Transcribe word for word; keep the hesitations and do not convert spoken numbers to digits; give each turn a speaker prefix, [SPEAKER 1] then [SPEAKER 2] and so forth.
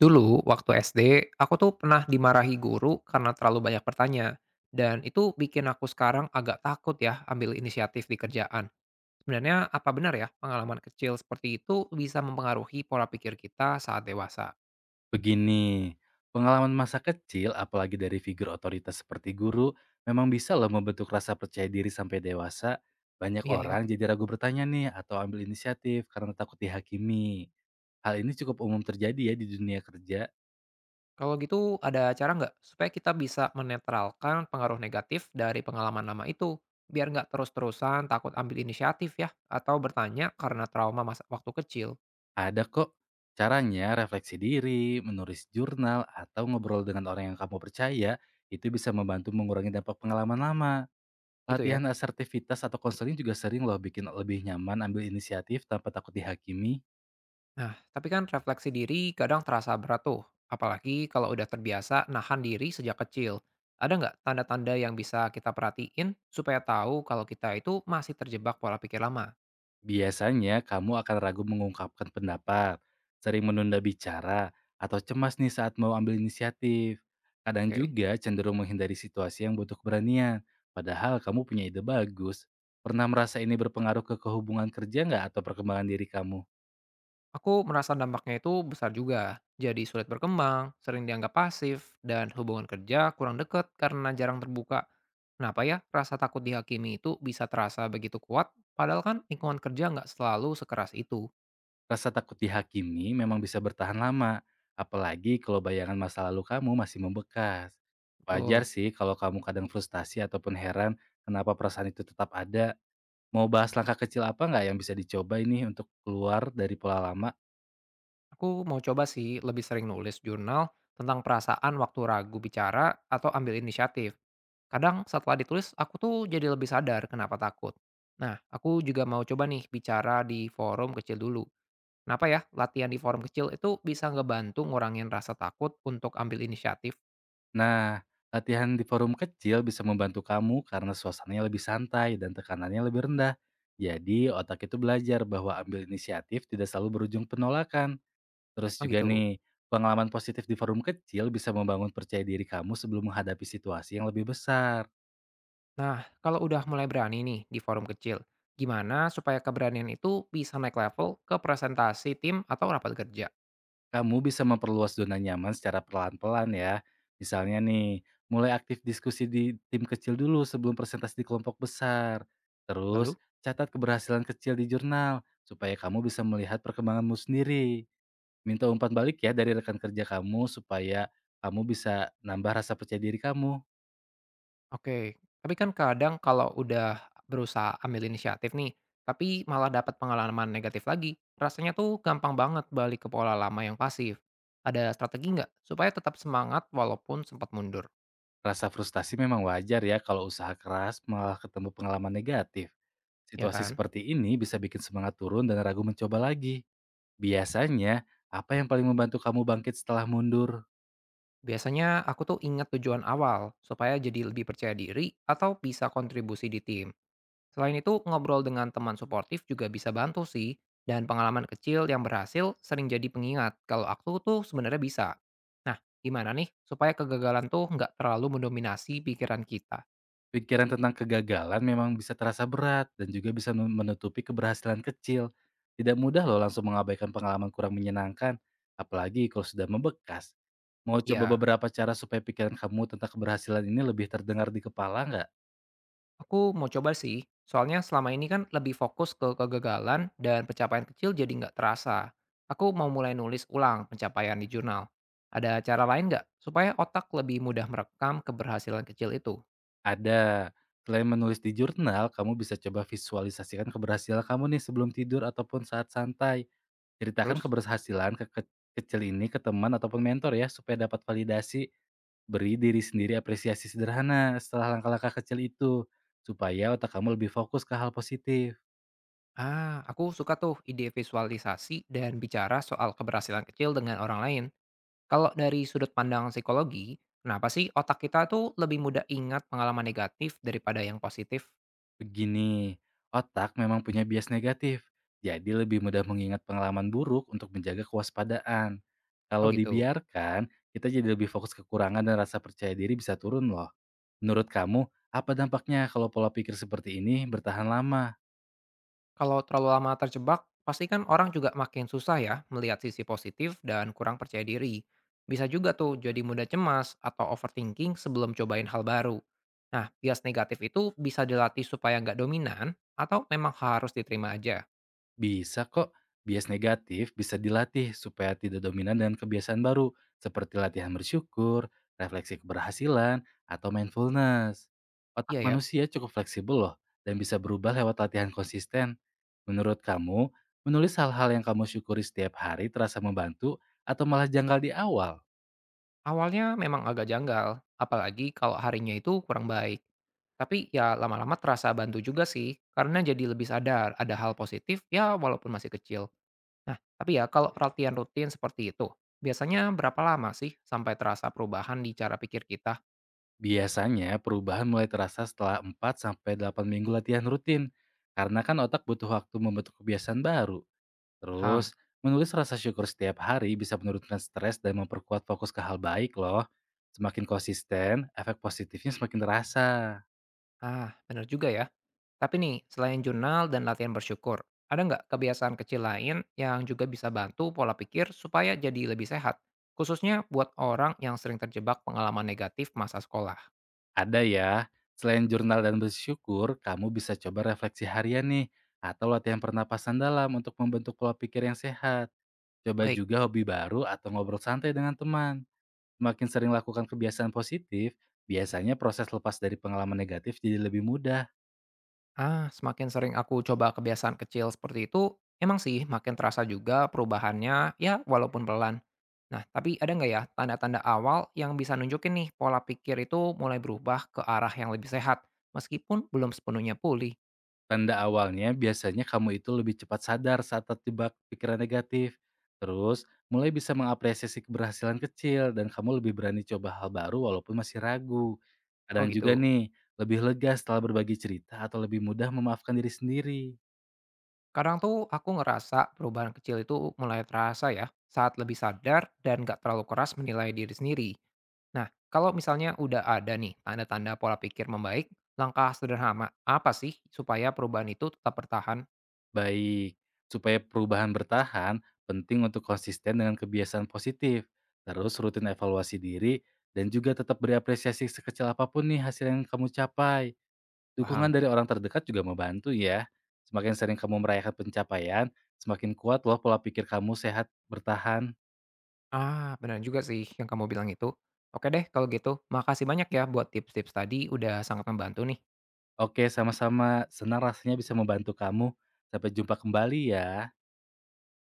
[SPEAKER 1] Dulu, waktu S D, aku tuh pernah dimarahi guru karena terlalu banyak bertanya. Dan itu bikin aku sekarang agak takut ya ambil inisiatif di kerjaan. Sebenarnya apa benar ya pengalaman kecil seperti itu bisa mempengaruhi pola pikir kita saat dewasa?
[SPEAKER 2] Begini, pengalaman masa kecil, apalagi dari figur otoritas seperti guru, memang bisa loh membentuk rasa percaya diri sampai dewasa. Banyak
[SPEAKER 1] Iya ya.
[SPEAKER 2] orang jadi ragu bertanya nih atau ambil inisiatif karena takut dihakimi. Hal ini cukup umum terjadi ya di dunia kerja.
[SPEAKER 1] Kalau gitu ada cara nggak supaya kita bisa menetralkan pengaruh negatif dari pengalaman lama itu? Biar nggak terus-terusan takut ambil inisiatif ya atau bertanya karena trauma masa waktu kecil
[SPEAKER 2] Ada kok caranya refleksi diri, menulis jurnal, atau ngobrol dengan orang yang kamu percaya, itu bisa membantu mengurangi dampak pengalaman lama.
[SPEAKER 1] gitu ya.
[SPEAKER 2] Latihan asertivitas atau konseling juga sering loh bikin lebih nyaman ambil inisiatif tanpa takut dihakimi.
[SPEAKER 1] Nah, tapi kan refleksi diri kadang terasa berat tuh, apalagi kalau udah terbiasa nahan diri sejak kecil. Ada nggak tanda-tanda yang bisa kita perhatiin supaya tahu kalau kita itu masih terjebak pola pikir lama?
[SPEAKER 2] Biasanya kamu akan ragu mengungkapkan pendapat, sering menunda bicara, atau cemas nih saat mau ambil inisiatif. Kadang
[SPEAKER 1] Oke,
[SPEAKER 2] juga cenderung menghindari situasi yang butuh keberanian, padahal kamu punya ide bagus. Pernah merasa ini berpengaruh ke kehubungan kerja nggak atau perkembangan diri kamu?
[SPEAKER 1] aku merasa dampaknya itu besar juga. Jadi sulit berkembang, sering dianggap pasif, dan hubungan kerja kurang deket karena jarang terbuka. Kenapa ya rasa takut dihakimi itu bisa terasa begitu kuat, padahal kan lingkungan kerja nggak selalu sekeras itu.
[SPEAKER 2] Rasa takut dihakimi memang bisa bertahan lama, apalagi kalau bayangan masa lalu kamu masih membekas. Wajar
[SPEAKER 1] Betul.
[SPEAKER 2] sih kalau kamu kadang frustasi ataupun heran kenapa perasaan itu tetap ada Mau bahas langkah kecil apa nggak yang bisa dicoba ini untuk keluar dari pola lama?
[SPEAKER 1] Aku mau coba sih lebih sering nulis jurnal tentang perasaan waktu ragu bicara atau ambil inisiatif. Kadang setelah ditulis, aku tuh jadi lebih sadar kenapa takut. Nah, aku juga mau coba nih bicara di forum kecil dulu. Kenapa ya latihan di forum kecil itu bisa ngebantu ngurangin rasa takut untuk ambil inisiatif?
[SPEAKER 2] Nah, latihan di forum kecil bisa membantu kamu karena suasananya lebih santai dan tekanannya lebih rendah. Jadi, otak itu belajar bahwa ambil inisiatif tidak selalu berujung penolakan. Terus
[SPEAKER 1] Oh
[SPEAKER 2] juga
[SPEAKER 1] gitu.
[SPEAKER 2] nih, pengalaman positif di forum kecil bisa membangun percaya diri kamu sebelum menghadapi situasi yang lebih besar.
[SPEAKER 1] Nah, kalau udah mulai berani nih di forum kecil, gimana supaya keberanian itu bisa naik level ke presentasi tim atau rapat kerja?
[SPEAKER 2] Kamu bisa memperluas zona nyaman secara pelan-pelan ya. Misalnya nih, mulai aktif diskusi di tim kecil dulu sebelum presentasi di kelompok besar. Terus,
[SPEAKER 1] Lalu?
[SPEAKER 2] catat keberhasilan kecil di jurnal supaya kamu bisa melihat perkembanganmu sendiri. Minta umpan balik ya dari rekan kerja kamu supaya kamu bisa nambah rasa percaya diri kamu.
[SPEAKER 1] Oke, tapi kan kadang kalau udah berusaha ambil inisiatif nih, tapi malah dapat pengalaman negatif lagi, rasanya tuh gampang banget balik ke pola lama yang pasif. Ada strategi nggak supaya tetap semangat walaupun sempat mundur,
[SPEAKER 2] Rasa frustasi memang wajar ya kalau usaha keras malah ketemu pengalaman negatif.
[SPEAKER 1] ya
[SPEAKER 2] Situasi
[SPEAKER 1] kan?
[SPEAKER 2] seperti ini bisa bikin semangat turun dan ragu mencoba lagi. Biasanya, apa yang paling membantu kamu bangkit setelah mundur?
[SPEAKER 1] Biasanya aku tuh ingat tujuan awal supaya jadi lebih percaya diri atau bisa kontribusi di tim. Selain itu, ngobrol dengan teman suportif juga bisa bantu sih, dan pengalaman kecil yang berhasil sering jadi pengingat kalau aku tuh sebenarnya bisa. Nah, gimana nih supaya kegagalan tuh nggak terlalu mendominasi pikiran kita?
[SPEAKER 2] Pikiran tentang kegagalan memang bisa terasa berat dan juga bisa nu- menutupi keberhasilan kecil. Tidak mudah loh langsung mengabaikan pengalaman kurang menyenangkan, apalagi kalau sudah membekas. Mau coba
[SPEAKER 1] Ya,
[SPEAKER 2] beberapa cara supaya pikiran kamu tentang keberhasilan ini lebih terdengar di kepala nggak?
[SPEAKER 1] aku mau coba sih, soalnya selama ini kan lebih fokus ke kegagalan dan pencapaian kecil jadi nggak terasa. Aku mau mulai nulis ulang pencapaian di jurnal. Ada cara lain nggak supaya otak lebih mudah merekam keberhasilan kecil itu?
[SPEAKER 2] Ada. Selain menulis di jurnal, kamu bisa coba visualisasikan keberhasilan kamu nih sebelum tidur ataupun saat santai Ceritakan
[SPEAKER 1] Terus?
[SPEAKER 2] keberhasilan keke kecil ini ke teman ataupun mentor ya, supaya dapat validasi. Beri diri sendiri apresiasi sederhana setelah langkah-langkah kecil itu, supaya otak kamu lebih fokus ke hal positif.
[SPEAKER 1] Ah, aku suka tuh ide visualisasi dan bicara soal keberhasilan kecil dengan orang lain. Kalau dari sudut pandang psikologi, kenapa sih otak kita tuh lebih mudah ingat pengalaman negatif daripada yang positif?
[SPEAKER 2] Begini, otak memang punya bias negatif, jadi lebih mudah mengingat pengalaman buruk untuk menjaga kewaspadaan.
[SPEAKER 1] Oh
[SPEAKER 2] Kalau
[SPEAKER 1] gitu.
[SPEAKER 2] dibiarkan, kita jadi lebih fokus kekurangan dan rasa percaya diri bisa turun loh. Menurut kamu, apa dampaknya kalau pola pikir seperti ini bertahan lama?
[SPEAKER 1] Kalau terlalu lama terjebak, pasti kan orang juga makin susah ya melihat sisi positif dan kurang percaya diri. Bisa juga tuh jadi mudah cemas atau overthinking sebelum cobain hal baru. Nah, bias negatif itu bisa dilatih supaya nggak dominan atau memang harus diterima aja?
[SPEAKER 2] Bisa kok. Bias negatif bisa dilatih supaya tidak dominan dengan kebiasaan baru, seperti latihan bersyukur, refleksi keberhasilan, atau mindfulness.
[SPEAKER 1] Iya
[SPEAKER 2] Otak
[SPEAKER 1] ya.
[SPEAKER 2] manusia cukup fleksibel loh, dan bisa berubah lewat latihan konsisten. Menurut kamu, menulis hal-hal yang kamu syukuri setiap hari terasa membantu atau malah janggal di awal?
[SPEAKER 1] Awalnya memang agak janggal, apalagi kalau harinya itu kurang baik. Tapi ya lama-lama terasa bantu juga sih, karena jadi lebih sadar ada hal positif ya walaupun masih kecil. Nah, tapi ya kalau perhatian rutin seperti itu, biasanya berapa lama sih sampai terasa perubahan di cara pikir kita?
[SPEAKER 2] Biasanya perubahan mulai terasa setelah empat sampai delapan minggu latihan rutin, karena kan otak butuh waktu membentuk kebiasaan baru.
[SPEAKER 1] Paham.
[SPEAKER 2] Terus, menulis rasa syukur setiap hari bisa menurunkan stres dan memperkuat fokus ke hal baik loh. Semakin konsisten, efek positifnya semakin terasa.
[SPEAKER 1] Ah, bener juga ya. Tapi nih, selain jurnal dan latihan bersyukur, ada nggak kebiasaan kecil lain yang juga bisa bantu pola pikir supaya jadi lebih sehat? Khususnya buat orang yang sering terjebak pengalaman negatif masa sekolah.
[SPEAKER 2] Ada ya, selain jurnal dan bersyukur, kamu bisa coba refleksi harian nih, atau latihan pernapasan dalam untuk membentuk pola pikir yang sehat. Coba
[SPEAKER 1] Baik,
[SPEAKER 2] juga hobi baru atau ngobrol santai dengan teman. Semakin sering lakukan kebiasaan positif, biasanya proses lepas dari pengalaman negatif jadi lebih mudah.
[SPEAKER 1] ah, semakin sering aku coba kebiasaan kecil seperti itu, emang sih makin terasa juga perubahannya, ya walaupun pelan. Nah, tapi ada nggak ya tanda-tanda awal yang bisa nunjukin nih pola pikir itu mulai berubah ke arah yang lebih sehat, meskipun belum sepenuhnya pulih?
[SPEAKER 2] Tanda awalnya biasanya kamu itu lebih cepat sadar saat terjebak pikiran negatif. Terus, mulai bisa mengapresiasi keberhasilan kecil dan kamu lebih berani coba hal baru walaupun masih ragu.
[SPEAKER 1] Oh
[SPEAKER 2] Kadang juga
[SPEAKER 1] gitu.
[SPEAKER 2] nih, lebih lega setelah berbagi cerita atau lebih mudah memaafkan diri sendiri.
[SPEAKER 1] Kadang tuh aku ngerasa perubahan kecil itu mulai terasa ya, saat lebih sadar dan nggak terlalu keras menilai diri sendiri. Nah, kalau misalnya udah ada nih tanda-tanda pola pikir membaik, langkah sederhana apa sih supaya perubahan itu tetap bertahan?
[SPEAKER 2] Baik, supaya perubahan bertahan, penting untuk konsisten dengan kebiasaan positif. Terus rutin evaluasi diri dan juga tetap beri apresiasi sekecil apapun nih hasil yang kamu capai. Dukungan
[SPEAKER 1] Paham.
[SPEAKER 2] dari orang terdekat juga membantu ya. Semakin sering kamu merayakan pencapaian, semakin kuat loh pola pikir kamu sehat bertahan.
[SPEAKER 1] Ah, benar juga sih yang kamu bilang itu. Oke deh kalau gitu, makasih banyak ya buat tips-tips tadi udah sangat membantu nih.
[SPEAKER 2] Oke, sama-sama. Senang rasanya bisa membantu kamu. Sampai jumpa kembali ya.